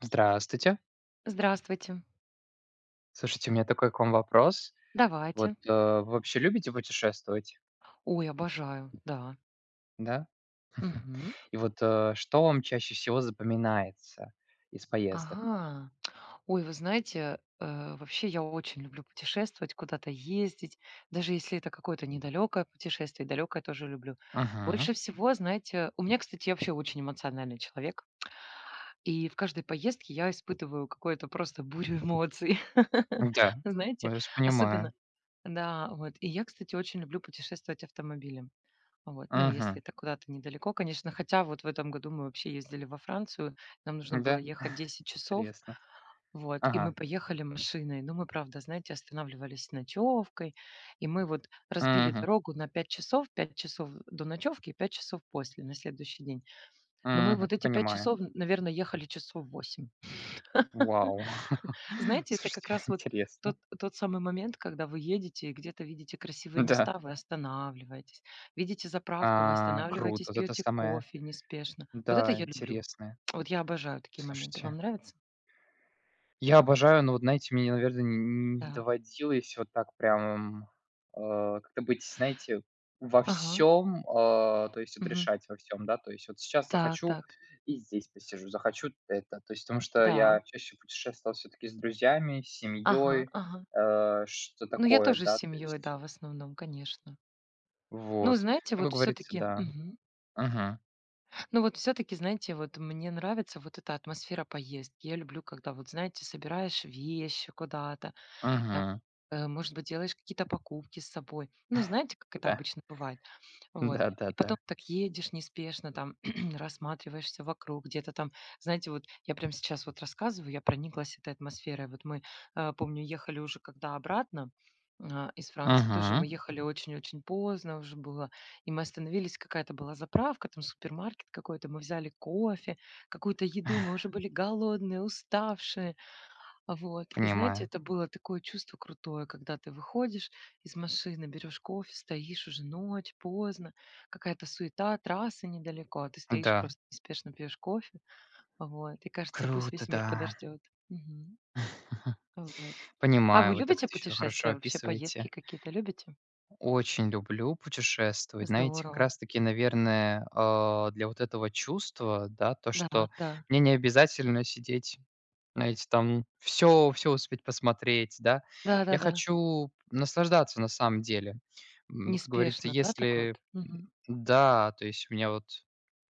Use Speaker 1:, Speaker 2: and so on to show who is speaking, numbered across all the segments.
Speaker 1: Здравствуйте.
Speaker 2: Здравствуйте.
Speaker 1: Слушайте, у меня такой к вам вопрос. Вот,
Speaker 2: Давайте.
Speaker 1: вы вообще любите путешествовать,
Speaker 2: Ой, обожаю, да.
Speaker 1: да?
Speaker 2: Мгм.
Speaker 1: И вот, что вам чаще всего запоминается из поездок?
Speaker 2: Ага. Ой, вы знаете, вообще я очень люблю путешествовать, куда-то ездить, даже если это какое-то недалекое путешествие, далекое тоже люблю.
Speaker 1: Мгм.
Speaker 2: Больше всего, знаете, у меня, кстати, я вообще очень эмоциональный человек, и в каждой поездке я испытываю какую-то просто бурю эмоций.
Speaker 1: Да, я
Speaker 2: Знаете,
Speaker 1: вас
Speaker 2: особенно,
Speaker 1: понимаю.
Speaker 2: да, вот. И я, кстати, очень люблю путешествовать автомобилем. Вот. Ну, если
Speaker 1: Мгм.
Speaker 2: это куда-то недалеко, конечно. Хотя вот в этом году мы вообще ездили во Францию, нам нужно было
Speaker 1: Да,
Speaker 2: ехать 10 часов,
Speaker 1: интересно.
Speaker 2: вот, и мы
Speaker 1: Ага.
Speaker 2: поехали машиной. Но мы, правда, знаете, останавливались с ночевкой, и мы вот разбили
Speaker 1: Мгм.
Speaker 2: дорогу на 5 часов, 5 часов до ночевки и 5 часов после, на следующий день. Но мы
Speaker 1: Мгм.
Speaker 2: вот эти 5
Speaker 1: Понимаю.
Speaker 2: часов, наверное, ехали часов 8.
Speaker 1: Вау.
Speaker 2: Знаете, это как
Speaker 1: Слушайте,
Speaker 2: раз вот тот,
Speaker 1: интересно.
Speaker 2: тот самый момент, когда вы едете и где-то видите красивые
Speaker 1: Да.
Speaker 2: места, вы останавливаетесь. Видите заправку, вы
Speaker 1: А,
Speaker 2: останавливаетесь,
Speaker 1: круто. Вот это
Speaker 2: пьете
Speaker 1: самое,
Speaker 2: кофе неспешно. Вот это
Speaker 1: да,
Speaker 2: я люблю.
Speaker 1: интересное.
Speaker 2: Вот я обожаю такие моменты. Вам
Speaker 1: Слушайте.
Speaker 2: нравится?
Speaker 1: Я обожаю, но вот, знаете, мне, наверное, не
Speaker 2: Так.
Speaker 1: доводилось вот так прям, как-то быть, знаете, во
Speaker 2: Ага.
Speaker 1: всем, то есть вот
Speaker 2: Мгм.
Speaker 1: решать во всем, да. То есть вот сейчас
Speaker 2: Так,
Speaker 1: захочу-
Speaker 2: так.
Speaker 1: и здесь посижу, захочу- это. То есть потому что
Speaker 2: Да.
Speaker 1: я чаще путешествовал все таки с друзьями, с
Speaker 2: Ага,
Speaker 1: семьей,
Speaker 2: ага.
Speaker 1: что
Speaker 2: Ну, я
Speaker 1: такое,
Speaker 2: тоже с
Speaker 1: да, то
Speaker 2: семьей,
Speaker 1: есть.
Speaker 2: да, в основном, конечно. Ну,
Speaker 1: Вот.
Speaker 2: знаете,
Speaker 1: Ну,
Speaker 2: вот
Speaker 1: как говорится,
Speaker 2: все-таки,
Speaker 1: да. Мгм.
Speaker 2: ну вот все-таки, знаете, вот мне нравится вот эта атмосфера поездки. Я люблю, когда вот, знаете, собираешь вещи куда-то, там,
Speaker 1: Мгм.
Speaker 2: может быть, делаешь какие-то покупки с собой. Ну, знаете, как это
Speaker 1: Да.
Speaker 2: обычно бывает. Вот. И потом
Speaker 1: Да-да-да.
Speaker 2: так едешь неспешно, там рассматриваешься вокруг, где-то там, знаете, вот я прямо сейчас вот рассказываю, я прониклась этой атмосферой. Вот мы, помню, ехали уже когда обратно из Франции, тоже мы
Speaker 1: Мгм.
Speaker 2: ехали очень-очень поздно уже было, и мы остановились, какая-то была заправка, там супермаркет какой-то, мы взяли кофе, какую-то еду, мы уже были голодные, уставшие, вот. И знаете,
Speaker 1: Понимаю.
Speaker 2: это было такое чувство крутое, когда ты выходишь из машины, берешь кофе, стоишь уже ночь, поздно, какая-то суета, трасса недалеко, а ты стоишь
Speaker 1: Да.
Speaker 2: просто неспешно пьешь кофе. Вот. И кажется, пусть
Speaker 1: Круто,
Speaker 2: весь мир
Speaker 1: да.
Speaker 2: подождет. Мгм. Вот. А вы
Speaker 1: Понимаю, вы так
Speaker 2: любите
Speaker 1: это еще хорошо
Speaker 2: путешествия вообще, поездки
Speaker 1: описываете.
Speaker 2: какие-то любите?
Speaker 1: Очень люблю путешествовать. Знаете, как
Speaker 2: Здорово.
Speaker 1: раз таки, наверное, для вот этого чувства, да, то,
Speaker 2: Да,
Speaker 1: что
Speaker 2: да.
Speaker 1: мне не обязательно сидеть, знаете, там все успеть посмотреть, да. Я
Speaker 2: Да-да-да.
Speaker 1: хочу наслаждаться на самом деле. Как говорится,
Speaker 2: Неспешно, да, так
Speaker 1: если...
Speaker 2: вот? Мгм.
Speaker 1: Да, то есть у меня вот...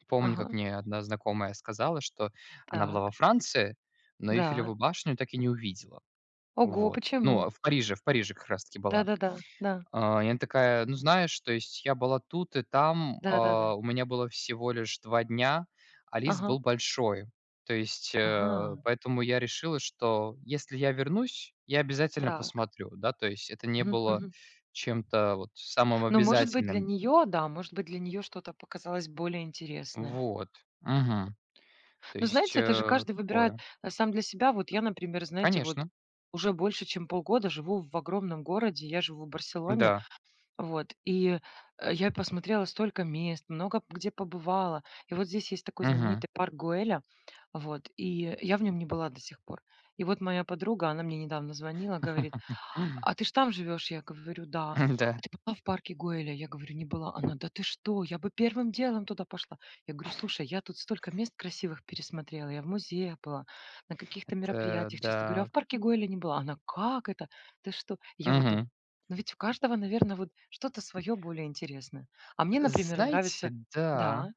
Speaker 1: Помню, как
Speaker 2: Ага.
Speaker 1: мне одна знакомая сказала, что она была во
Speaker 2: Так.
Speaker 1: Франции, но
Speaker 2: Да.
Speaker 1: Эйфелеву башню так и не увидела.
Speaker 2: Ого,
Speaker 1: Вот. Ну,
Speaker 2: почему?
Speaker 1: а в Париже как раз таки была.
Speaker 2: Да-да-да. Да.
Speaker 1: И она такая: "Ну, знаешь, то есть я была тут и там,
Speaker 2: Да-да-да.
Speaker 1: а, у меня было всего лишь 2 дня, а лист
Speaker 2: Ага.
Speaker 1: был большой. То есть,
Speaker 2: Ага.
Speaker 1: поэтому я решила, что если я вернусь, я обязательно
Speaker 2: Так.
Speaker 1: посмотрю". Да, то есть это не
Speaker 2: Мгм,
Speaker 1: было
Speaker 2: мгм.
Speaker 1: чем-то вот самым
Speaker 2: Ну, может быть, для
Speaker 1: обязательным.
Speaker 2: нее, да, может быть, для нее что-то показалось более интересное.
Speaker 1: Вот. Мгм. То
Speaker 2: Но
Speaker 1: есть,
Speaker 2: знаете, это же каждый выбирает
Speaker 1: такое.
Speaker 2: сам для себя. Вот я, например, знаете, вот
Speaker 1: Конечно.
Speaker 2: уже больше, чем полгода живу в огромном городе, я живу в Барселоне,
Speaker 1: Да.
Speaker 2: вот, и я посмотрела столько мест, много где побывала, и вот здесь есть такой
Speaker 1: Мгм.
Speaker 2: знаменитый парк Гуэля, вот, и я в нем не была до сих пор. И вот моя подруга, она мне недавно звонила, говорит, "А ты ж там живешь?" Я говорю: "Да". "А
Speaker 1: Да.
Speaker 2: ты была в парке Гоэля?" Я говорю: "Не была". Она: "Да ты что? Я бы первым делом туда пошла". Я говорю: "Слушай, я тут столько мест красивых пересмотрела. Я в музеях была, на каких-то
Speaker 1: Это
Speaker 2: мероприятиях, честно говорю, а
Speaker 1: да.
Speaker 2: в парке Гоэля не была". Она: "Как это? Ты что?" Я вот думаю,
Speaker 1: Мгм.
Speaker 2: ну ведь у каждого, наверное, вот что-то свое более интересное. А мне, например, нравится.
Speaker 1: Знаете, да.
Speaker 2: Да,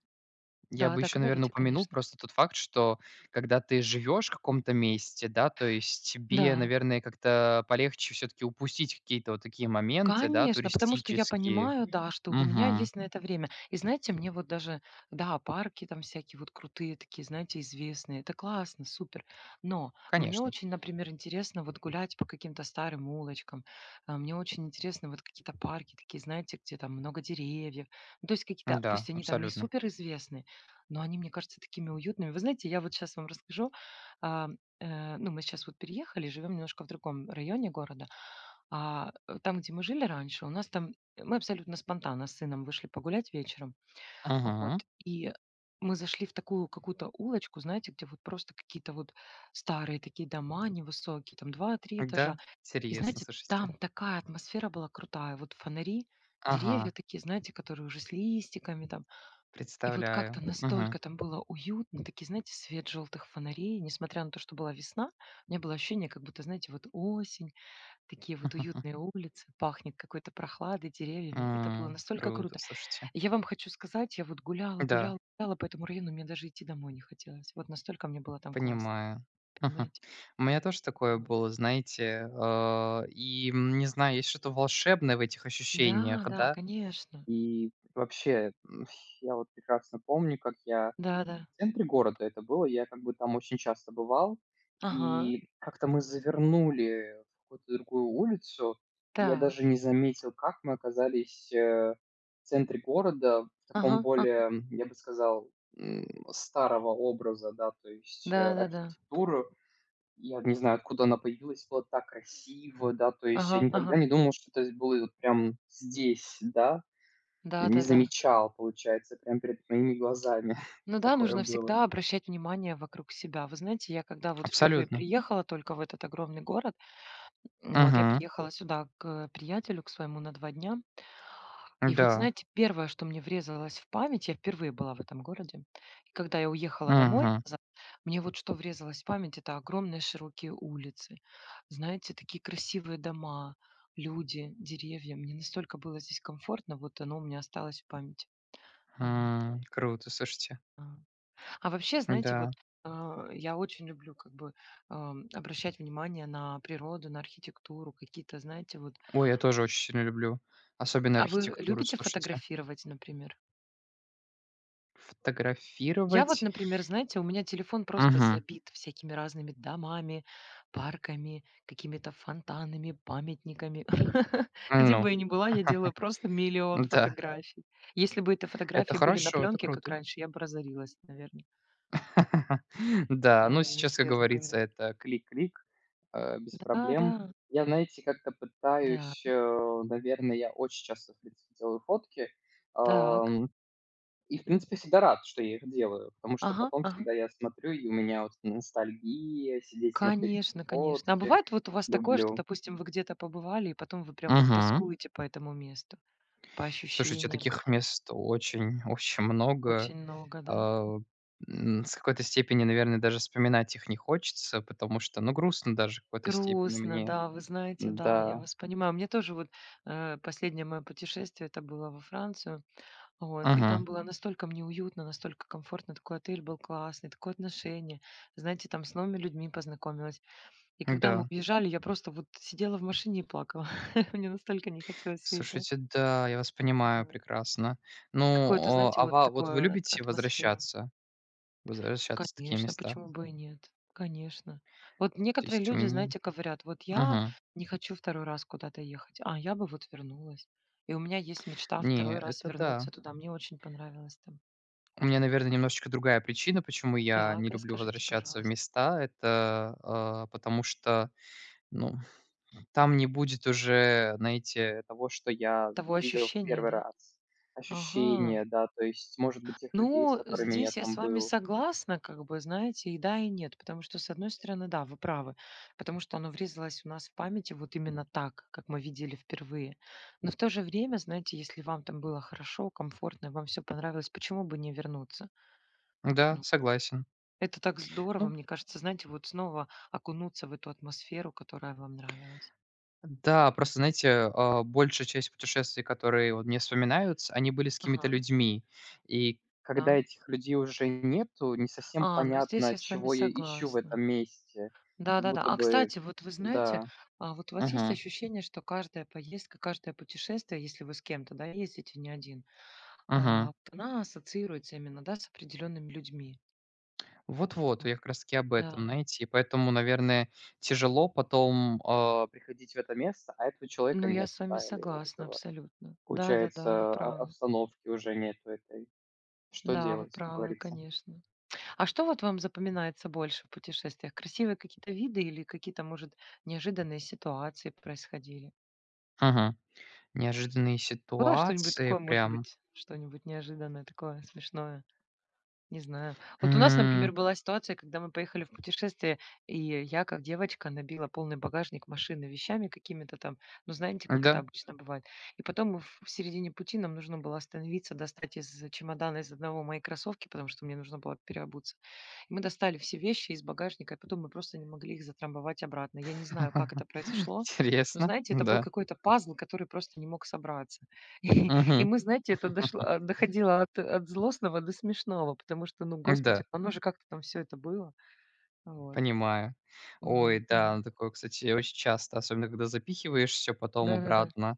Speaker 1: Я бы
Speaker 2: да-да,
Speaker 1: еще, наверное,
Speaker 2: говорите,
Speaker 1: упомянул
Speaker 2: конечно.
Speaker 1: просто тот факт, что когда ты живешь в каком-то месте, да, то есть тебе,
Speaker 2: Да.
Speaker 1: наверное, как-то полегче все-таки упустить какие-то вот такие моменты, да,
Speaker 2: Конечно, потому что я
Speaker 1: туристические.
Speaker 2: понимаю, да, что у меня
Speaker 1: Мгм.
Speaker 2: есть на это время. И знаете, мне вот даже, да, парки там всякие вот крутые такие, знаете, известные, это классно, супер. Но мне
Speaker 1: Конечно.
Speaker 2: очень, например, интересно вот гулять по каким-то старым улочкам. Мне очень интересно вот какие-то парки такие, знаете, где там много деревьев. Ну, то есть какие-то,
Speaker 1: Да,
Speaker 2: пусть они там не
Speaker 1: абсолютно.
Speaker 2: супер известные, но они, мне кажется, такими уютными. Вы знаете, я вот сейчас вам расскажу. а, Ну, мы сейчас вот переехали, живем немножко в другом районе города. Там, где мы жили раньше, у нас там мы абсолютно спонтанно с сыном вышли погулять вечером. А вот
Speaker 1: Мгм.
Speaker 2: и мы зашли в такую какую-то улочку, знаете, где вот просто какие-то вот старые такие дома невысокие, там 2-3 этажа.
Speaker 1: Да,
Speaker 2: И
Speaker 1: интересно,
Speaker 2: знаете,
Speaker 1: слушайте.
Speaker 2: там такая атмосфера была крутая. Вот фонари, деревья
Speaker 1: Ага,
Speaker 2: такие, знаете, которые уже с листиками там. И вот как-то
Speaker 1: представляю. Мгм.
Speaker 2: настолько там было уютно, такие, знаете, свет желтых фонарей, несмотря на то, что была весна, у меня было ощущение, как будто, знаете, вот осень. Такие вот уютные улицы, пахнет какой-то прохладой, деревьями. Это было настолько
Speaker 1: Круто,
Speaker 2: круто.
Speaker 1: слушайте.
Speaker 2: Я вам хочу сказать, я вот гуляла,
Speaker 1: Да.
Speaker 2: гуляла, гуляла по этому району, мне даже идти домой не хотелось. Вот настолько мне было там классно,
Speaker 1: Понимаю. Мгм.
Speaker 2: понимаете?
Speaker 1: У меня тоже такое
Speaker 2: Вот.
Speaker 1: было, знаете, не знаю, есть что-то волшебное в этих
Speaker 2: Да,
Speaker 1: ощущениях,
Speaker 2: да,
Speaker 1: да.
Speaker 2: конечно.
Speaker 1: И вообще, я вот прекрасно помню, как я
Speaker 2: Да, да.
Speaker 1: в центре города это было. Я как бы там очень часто бывал.
Speaker 2: Ага.
Speaker 1: И как-то мы завернули в какую-то другую улицу, и я
Speaker 2: Так.
Speaker 1: даже не заметил, как мы оказались, в центре города, в таком
Speaker 2: Ага.
Speaker 1: более, я бы сказал, м, старого образа, да, то есть,
Speaker 2: Да, да, да.
Speaker 1: архитектуру. Я не знаю, откуда она появилась, было так красиво, да, то есть я
Speaker 2: Ага, ага.
Speaker 1: никогда не думал, что это было вот прям здесь, да.
Speaker 2: Да,
Speaker 1: Не
Speaker 2: да, да.
Speaker 1: замечал, получается, прям перед моими глазами
Speaker 2: Ну да,
Speaker 1: такое
Speaker 2: нужно
Speaker 1: было.
Speaker 2: всегда обращать внимание вокруг себя. Вы знаете, я когда вот впервые
Speaker 1: Абсолютно.
Speaker 2: приехала только в этот огромный город, вот я
Speaker 1: Мгм.
Speaker 2: приехала сюда к приятелю, к своему на 2 дня. И вот,
Speaker 1: Да.
Speaker 2: знаете, первое, что мне врезалось в память, я впервые была в этом городе. И когда я уехала домой
Speaker 1: Мгм.
Speaker 2: назад, мне вот что врезалось в память, это огромные широкие улицы. Знаете, такие красивые дома, люди, деревья. Мне настолько было здесь комфортно, вот оно у меня осталось в памяти. Вот.
Speaker 1: Круто, слушайте.
Speaker 2: А а вообще, знаете, вот
Speaker 1: Да.
Speaker 2: я очень люблю как бы обращать внимание на природу, на архитектуру, какие-то, знаете, вот.
Speaker 1: Ой, я тоже очень сильно люблю, особенно
Speaker 2: А вы
Speaker 1: архитектуру,
Speaker 2: любите
Speaker 1: слушайте.
Speaker 2: фотографировать, например? Я вот,
Speaker 1: Фотографировать.
Speaker 2: например, знаете, у меня телефон просто
Speaker 1: Мгм.
Speaker 2: забит всякими разными домами, парками, какими-то фонтанами, памятниками. Где
Speaker 1: Ну
Speaker 2: бы я ни была, я делаю просто миллион
Speaker 1: да,
Speaker 2: фотографий. Если бы эти
Speaker 1: это
Speaker 2: фотографии были на
Speaker 1: хорошо, это
Speaker 2: пленке, как
Speaker 1: круто.
Speaker 2: раньше, я бы разорилась, наверное.
Speaker 1: Да,
Speaker 2: Да,
Speaker 1: ну
Speaker 2: я вам
Speaker 1: сейчас, как
Speaker 2: серьезно
Speaker 1: говорится,
Speaker 2: говорю.
Speaker 1: это клик-клик, без
Speaker 2: Да, да,
Speaker 1: проблем. Я, знаете, как-то
Speaker 2: да.
Speaker 1: пытаюсь, наверное, я очень часто, в принципе, делаю фотки.
Speaker 2: Так.
Speaker 1: Ам. И, в принципе, всегда рад, что я их делаю, потому что
Speaker 2: Ага,
Speaker 1: потом
Speaker 2: ага.
Speaker 1: всегда я смотрю, и у меня вот ностальгия, сидеть смотреть эти
Speaker 2: Конечно, конечно. А
Speaker 1: фотки.
Speaker 2: бывает вот у вас такое, что,
Speaker 1: Люблю.
Speaker 2: допустим, вы где-то побывали, и потом вы прям вот
Speaker 1: Мгм.
Speaker 2: тоскуете по этому месту, по
Speaker 1: Слушайте,
Speaker 2: ощущениям
Speaker 1: таких
Speaker 2: каким-то?
Speaker 1: мест очень очень много.
Speaker 2: Очень много, да?
Speaker 1: А, с какой-то степени, наверное, даже вспоминать их не хочется, потому что, ну, грустно даже в какой-то степени
Speaker 2: Грустно,
Speaker 1: мне.
Speaker 2: да, вы знаете, да, я
Speaker 1: Да.
Speaker 2: вас понимаю. Мне тоже вот последнее мое путешествие это было во Францию, вот, и там
Speaker 1: Ага.
Speaker 2: было настолько мне уютно, настолько комфортно, такой отель был классный, такое отношение, знаете, там с новыми людьми познакомилась. И когда мы
Speaker 1: Да.
Speaker 2: уезжали, я просто вот сидела в машине и плакала. Мне настолько не хотелось уезжать.
Speaker 1: Слушайте, да, я вас понимаю
Speaker 2: Вот.
Speaker 1: прекрасно. Ну,
Speaker 2: Какое-то, знаете,
Speaker 1: а
Speaker 2: вот
Speaker 1: ва вот вы
Speaker 2: такое ат-
Speaker 1: любите
Speaker 2: атмосфера.
Speaker 1: возвращаться в такие
Speaker 2: Конечно,
Speaker 1: места?
Speaker 2: почему бы и нет? Конечно. Вот
Speaker 1: То
Speaker 2: некоторые
Speaker 1: есть у
Speaker 2: люди,
Speaker 1: меня.
Speaker 2: знаете, говорят: "Вот я
Speaker 1: Мгм.
Speaker 2: не хочу второй раз куда-то ехать, а я бы вот вернулась". И у меня есть мечта
Speaker 1: Не,
Speaker 2: второй раз
Speaker 1: это
Speaker 2: вернуться
Speaker 1: да.
Speaker 2: туда. Мне очень понравилось там.
Speaker 1: У меня, наверное, немножечко другая причина, почему я
Speaker 2: Так,
Speaker 1: не люблю
Speaker 2: расскажите,
Speaker 1: возвращаться в
Speaker 2: пожалуйста.
Speaker 1: места. Это, потому что, ну, там не будет уже, знаете, того, что я
Speaker 2: Того
Speaker 1: видел в
Speaker 2: ощущения,
Speaker 1: первый
Speaker 2: да?
Speaker 1: раз. Ощущения,
Speaker 2: Ага.
Speaker 1: да, то есть, может быть, тех людей, с
Speaker 2: Ну,
Speaker 1: которыми я
Speaker 2: здесь я с
Speaker 1: там
Speaker 2: вами
Speaker 1: был.
Speaker 2: согласна, как бы, знаете, и да, и нет. Потому что, с одной стороны, да, вы правы, потому что оно врезалось у нас в памяти вот именно так, как мы видели впервые. Но в то же время, знаете, если вам там было хорошо, комфортно, и вам все понравилось, почему бы не вернуться?
Speaker 1: Да,
Speaker 2: Ну,
Speaker 1: согласен.
Speaker 2: это так здорово,
Speaker 1: Ну,
Speaker 2: мне кажется, знаете, вот снова окунуться в эту атмосферу, которая вам нравилась.
Speaker 1: да, просто, знаете, большая часть путешествий, которые вот мне вспоминаются, они были с какими-то
Speaker 2: Ага.
Speaker 1: людьми. И когда
Speaker 2: Да?
Speaker 1: этих людей уже нету, не совсем
Speaker 2: А, ну здесь
Speaker 1: понятно,
Speaker 2: я с вами
Speaker 1: чего я ищу в
Speaker 2: согласна.
Speaker 1: этом месте. Как
Speaker 2: Да-да-да.
Speaker 1: будто
Speaker 2: А,
Speaker 1: бы,
Speaker 2: кстати, вот вы знаете,
Speaker 1: да,
Speaker 2: а вот у вас есть
Speaker 1: мгм,
Speaker 2: ощущение, что каждая поездка, каждое путешествие, если вы с кем-то, да, ездите не один,
Speaker 1: мгм.
Speaker 2: вот она ассоциируется именно, да, с определенными людьми?
Speaker 1: Вот-вот, я как раз-таки об этом,
Speaker 2: Да.
Speaker 1: знаете, и поэтому, наверное, тяжело потом приходить в это место, а этого человека
Speaker 2: Ну, я
Speaker 1: нету,
Speaker 2: с вами
Speaker 1: да, или вот
Speaker 2: согласна
Speaker 1: этого,
Speaker 2: абсолютно. Да-да-да, вы
Speaker 1: получается,
Speaker 2: правы.
Speaker 1: обстановки уже нету этой. Что
Speaker 2: Да, вы
Speaker 1: делать, как
Speaker 2: правы,
Speaker 1: говорится?
Speaker 2: конечно. А что вот вам запоминается больше в путешествиях? Красивые какие-то виды или какие-то, может, неожиданные ситуации происходили?
Speaker 1: Мгм. Неожиданные
Speaker 2: Было что-нибудь такое,
Speaker 1: ситуации
Speaker 2: может
Speaker 1: прям.
Speaker 2: быть, что-нибудь неожиданное такое, смешное? Не знаю. Вот у нас,
Speaker 1: М,
Speaker 2: например, была ситуация, когда мы поехали в путешествие, и я, как девочка, набила полный багажник машины вещами какими-то там. Ну, знаете, как это
Speaker 1: да.
Speaker 2: обычно бывает. И потом мы в середине пути нам нужно было остановиться, достать из чемодана из одного мои кроссовки, потому что мне нужно было переобуться. И мы достали все вещи из багажника, и потом мы просто не могли их затрамбовать обратно. Я не знаю, как это произошло, но,
Speaker 1: Интересно,
Speaker 2: знаете, это был
Speaker 1: да.
Speaker 2: какой-то пазл, который просто не мог собраться. И
Speaker 1: Мгм.
Speaker 2: мы, знаете, это дошло доходило от злостного до смешного, потому что, ну, господи,
Speaker 1: Да,
Speaker 2: оно же как-то там все это было. Вот.
Speaker 1: понимаю.
Speaker 2: Мгм,
Speaker 1: Ой,
Speaker 2: мгм.
Speaker 1: да, ну такое, кстати, очень часто, особенно когда запихиваешь все потом
Speaker 2: Да-да-да.
Speaker 1: обратно.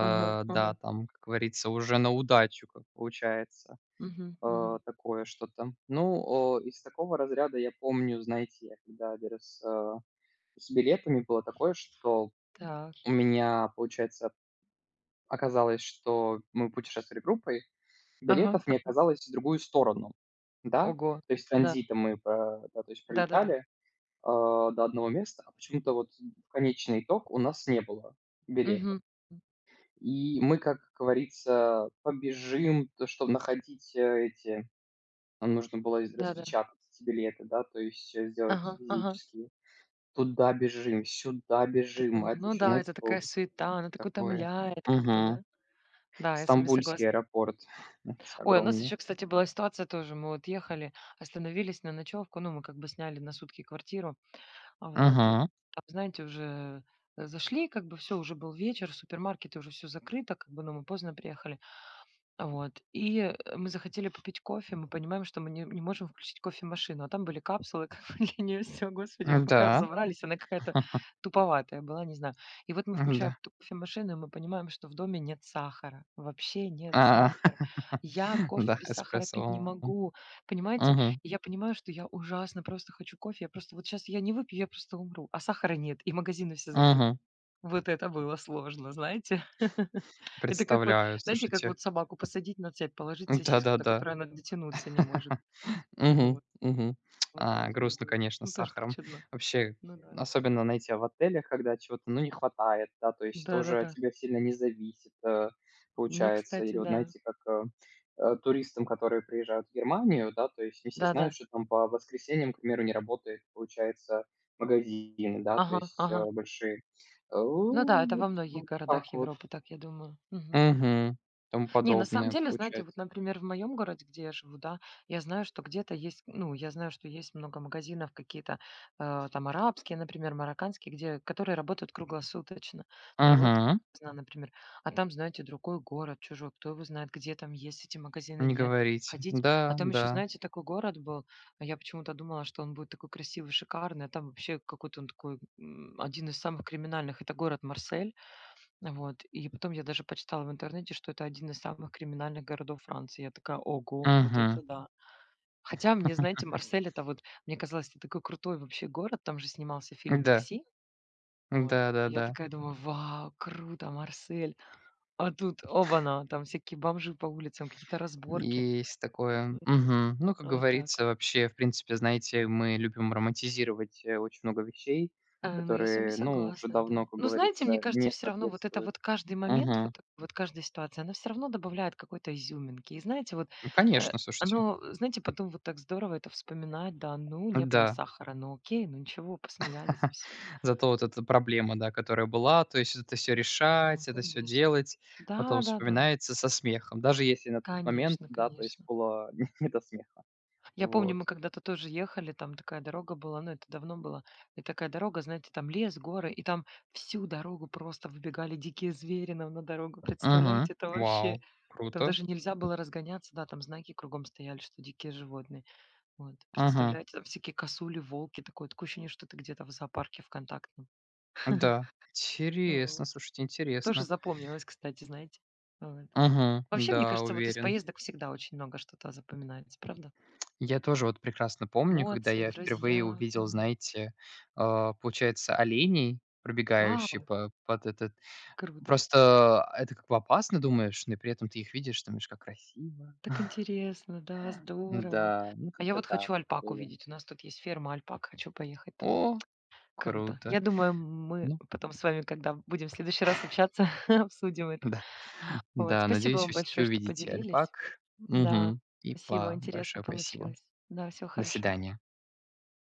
Speaker 2: Ага,
Speaker 1: да,
Speaker 2: ага.
Speaker 1: там, как говорится, уже на удачу, как получается,
Speaker 2: Мгм, мгм.
Speaker 1: такое что-то. Ну, из такого разряда я помню, знаете, я когда один раз, с билетами было такое, что
Speaker 2: Так.
Speaker 1: у меня, получается, оказалось, что мы путешествовали группой,
Speaker 2: Ага.
Speaker 1: билетов не
Speaker 2: А.
Speaker 1: оказалось в другую сторону, да.
Speaker 2: Ого.
Speaker 1: То есть
Speaker 2: Да.
Speaker 1: транзитом мы про да, то есть
Speaker 2: Да-да-да.
Speaker 1: пролетали, до одного места, а почему-то вот в конечный итог у нас не было билетов.
Speaker 2: Мгм.
Speaker 1: И мы, как говорится, побежим, то чтоб находить, эти нам нужно было из
Speaker 2: Да-да.
Speaker 1: распечатать эти билеты, да, то есть, сделать
Speaker 2: Ага, ага.
Speaker 1: физические. Туда бежим, сюда бежим,
Speaker 2: То
Speaker 1: а это
Speaker 2: ну
Speaker 1: еще,
Speaker 2: да, это
Speaker 1: знаете, было
Speaker 2: такая суета, она так
Speaker 1: такое.
Speaker 2: утомляет как-то,
Speaker 1: Мгм.
Speaker 2: да? Да, я с вами
Speaker 1: Стамбульский
Speaker 2: согласна.
Speaker 1: аэропорт, эти
Speaker 2: Ой, у нас
Speaker 1: огромные.
Speaker 2: еще, кстати, была ситуация тоже. Мы вот ехали, остановились на ночевку. Ну, мы как бы сняли на сутки квартиру. А вот, э,
Speaker 1: Мгм.
Speaker 2: там, знаете, уже, зашли, как бы все уже был вечер, супермаркеты, уже все закрыто, как бы, но мы поздно приехали. Вот. И, мы захотели попить кофе, мы понимаем, что мы не можем включить кофемашину, а там были капсулы как бы для нее всё. Господи, мы пока
Speaker 1: Да.
Speaker 2: разобрались, она какая-то туповатая была, не знаю. И вот мы включаем
Speaker 1: Да.
Speaker 2: эту кофемашину, и мы понимаем, что в доме нет сахара, вообще нет
Speaker 1: А.
Speaker 2: сахара. Я кофе
Speaker 1: Да,
Speaker 2: без сахара
Speaker 1: эспрессо
Speaker 2: пить не
Speaker 1: волна.
Speaker 2: могу, понимаете?
Speaker 1: Мгм.
Speaker 2: И я понимаю, что я ужасно просто хочу кофе, я просто вот сейчас я не выпью, я просто умру, а сахара нет, и магазины все закрыты.
Speaker 1: Мгм.
Speaker 2: Вот это было сложно, знаете. Это как вот,
Speaker 1: Представляю,
Speaker 2: знаете, как
Speaker 1: слушайте.
Speaker 2: вот собаку посадить на цепь, положить сосиску, до
Speaker 1: Да-да-да.
Speaker 2: которой она дотянуться не может.
Speaker 1: Мгм,
Speaker 2: Вот,
Speaker 1: мгм.
Speaker 2: вот так вот
Speaker 1: Грустно,
Speaker 2: было.
Speaker 1: конечно,
Speaker 2: Ну,
Speaker 1: с
Speaker 2: тоже так
Speaker 1: сахаром.
Speaker 2: чудно.
Speaker 1: Вообще,
Speaker 2: Ну да.
Speaker 1: особенно, знаете, в отелях, когда чего-то, ну, не хватает, да, то есть тоже от
Speaker 2: Да-да-да.
Speaker 1: тебя сильно не зависит,
Speaker 2: Ну,
Speaker 1: получается.
Speaker 2: кстати,
Speaker 1: Или вот,
Speaker 2: да.
Speaker 1: знаете, как, туристам, которые приезжают в Германию, да, то есть не все
Speaker 2: Да-да.
Speaker 1: знают, что там по воскресеньям, к примеру, не работает, получается, магазины, да, то
Speaker 2: Ага,
Speaker 1: есть,
Speaker 2: ага.
Speaker 1: большие. Э,
Speaker 2: Ну да, это
Speaker 1: вот
Speaker 2: во многих городах
Speaker 1: так вот.
Speaker 2: Европы, так я думаю. Мгм.
Speaker 1: Угу. Тому
Speaker 2: Не, на самом
Speaker 1: подобное,
Speaker 2: деле, знаете, вот,
Speaker 1: получается.
Speaker 2: например, в моем городе, где я живу, да, я знаю, что где-то есть, ну, я знаю, что есть много магазинов какие-то там арабские, например, марокканские, где, которые работают круглосуточно, работают
Speaker 1: Мгм.
Speaker 2: допоздна, например, а там, знаете, другой город, чужой, кто его знает, где там есть эти магазины,
Speaker 1: Не
Speaker 2: нет,
Speaker 1: говорите.
Speaker 2: ходить, а
Speaker 1: Да,
Speaker 2: там еще,
Speaker 1: да.
Speaker 2: знаете, такой город был, а я почему-то думала, что он будет такой красивый, шикарный, а там вообще какой-то он такой, один из самых криминальных, это город Марсель, вот. И потом я даже почитала в интернете, что это один из самых криминальных городов Франции. Я такая: "Ого, вот
Speaker 1: Угу.
Speaker 2: это да". Хотя мне, знаете, Марсель — это вот, мне казалось, это такой крутой вообще город. Там же снимался фильм
Speaker 1: Да,
Speaker 2: "Такси". Вот. Я
Speaker 1: да-да-да.
Speaker 2: такая думаю: "Вау, круто, Марсель". А тут — оба на, там всякие бомжи по улицам, какие-то разборки.
Speaker 1: Есть такое.
Speaker 2: Мгм.
Speaker 1: Мгм. Ну, как
Speaker 2: Вот так.
Speaker 1: говорится, вообще, в принципе, знаете, мы любим романтизировать, очень много вещей,
Speaker 2: А, ну, я с вами
Speaker 1: которые, ну, уже
Speaker 2: согласна, да.
Speaker 1: давно, как
Speaker 2: Но знаете, мне
Speaker 1: говорится,
Speaker 2: кажется,
Speaker 1: не
Speaker 2: все равно вот это
Speaker 1: соответствуют.
Speaker 2: вот каждый момент, вот
Speaker 1: Мгм.
Speaker 2: так — вот каждая ситуация, она все равно добавляет какой-то изюминки. И знаете, вот, э,
Speaker 1: Конечно, слушайте.
Speaker 2: оно, знаете, потом вот так здорово это вспоминать. Да, ну, не было
Speaker 1: Да.
Speaker 2: сахара, ну окей, ну ничего, посмеялись и всё.
Speaker 1: Зато вот эта проблема, да, которая была, то есть это все
Speaker 2: Ну,
Speaker 1: решать, это все
Speaker 2: конечно.
Speaker 1: делать, потом
Speaker 2: Да-да-да,
Speaker 1: вспоминается со смехом, даже если на тот момент,
Speaker 2: конечно,
Speaker 1: да, то есть
Speaker 2: конечно.
Speaker 1: было не до смеха.
Speaker 2: Я помню,
Speaker 1: Вот.
Speaker 2: мы когда-то тоже ехали, там такая дорога была, ну это давно было. И такая дорога, знаете, там лес, горы, и там всю дорогу просто выбегали дикие звери нам на дорогу.
Speaker 1: Угу.
Speaker 2: Представляете, это вообще…
Speaker 1: Вау,
Speaker 2: Там
Speaker 1: круто.
Speaker 2: даже нельзя было разгоняться, да, там знаки кругом стояли, что дикие животные. Вот,
Speaker 1: Угу.
Speaker 2: представляете, там всякие косули, волки, такое, такое ощущение, что ты где-то в зоопарке ВКонтактном.
Speaker 1: Да, интересно,
Speaker 2: Вот.
Speaker 1: слушайте,
Speaker 2: Тоже
Speaker 1: интересно.
Speaker 2: запомнилось, кстати, знаете. Вот.
Speaker 1: Мгм,
Speaker 2: Вообще, мне
Speaker 1: да,
Speaker 2: кажется, вот из
Speaker 1: уверен.
Speaker 2: поездок всегда очень много что-то запоминается, правда?
Speaker 1: Я тоже вот прекрасно помню, когда
Speaker 2: Эмоции,
Speaker 1: я впервые
Speaker 2: друзья.
Speaker 1: увидел,
Speaker 2: Мгм.
Speaker 1: знаете, получается, оленей, пробегающий
Speaker 2: Вау,
Speaker 1: по под этот.
Speaker 2: круто!
Speaker 1: Просто это как бы опасно, думаешь, но и при этом ты их видишь, думаешь, как красиво.
Speaker 2: Так интересно, да, здорово.
Speaker 1: Да, ну
Speaker 2: А я
Speaker 1: как-то
Speaker 2: вот
Speaker 1: так
Speaker 2: хочу
Speaker 1: вот
Speaker 2: альпак
Speaker 1: было.
Speaker 2: увидеть. У нас тут есть ферма альпак, хочу поехать туда.
Speaker 1: О,
Speaker 2: Круто.
Speaker 1: круто.
Speaker 2: Я думаю, мы
Speaker 1: Ну
Speaker 2: потом с вами, когда будем в следующий раз общаться, обсудим это.
Speaker 1: да.
Speaker 2: Вот,
Speaker 1: Да,
Speaker 2: спасибо
Speaker 1: надеюсь,
Speaker 2: вам
Speaker 1: вы все-таки
Speaker 2: большое, что
Speaker 1: увидите
Speaker 2: поделились.
Speaker 1: альпак.
Speaker 2: Да,
Speaker 1: Мгм. И
Speaker 2: спасибо,
Speaker 1: па
Speaker 2: интересно
Speaker 1: большое спасибо.
Speaker 2: получилось. Да, всего
Speaker 1: До
Speaker 2: хорошего.
Speaker 1: свидания.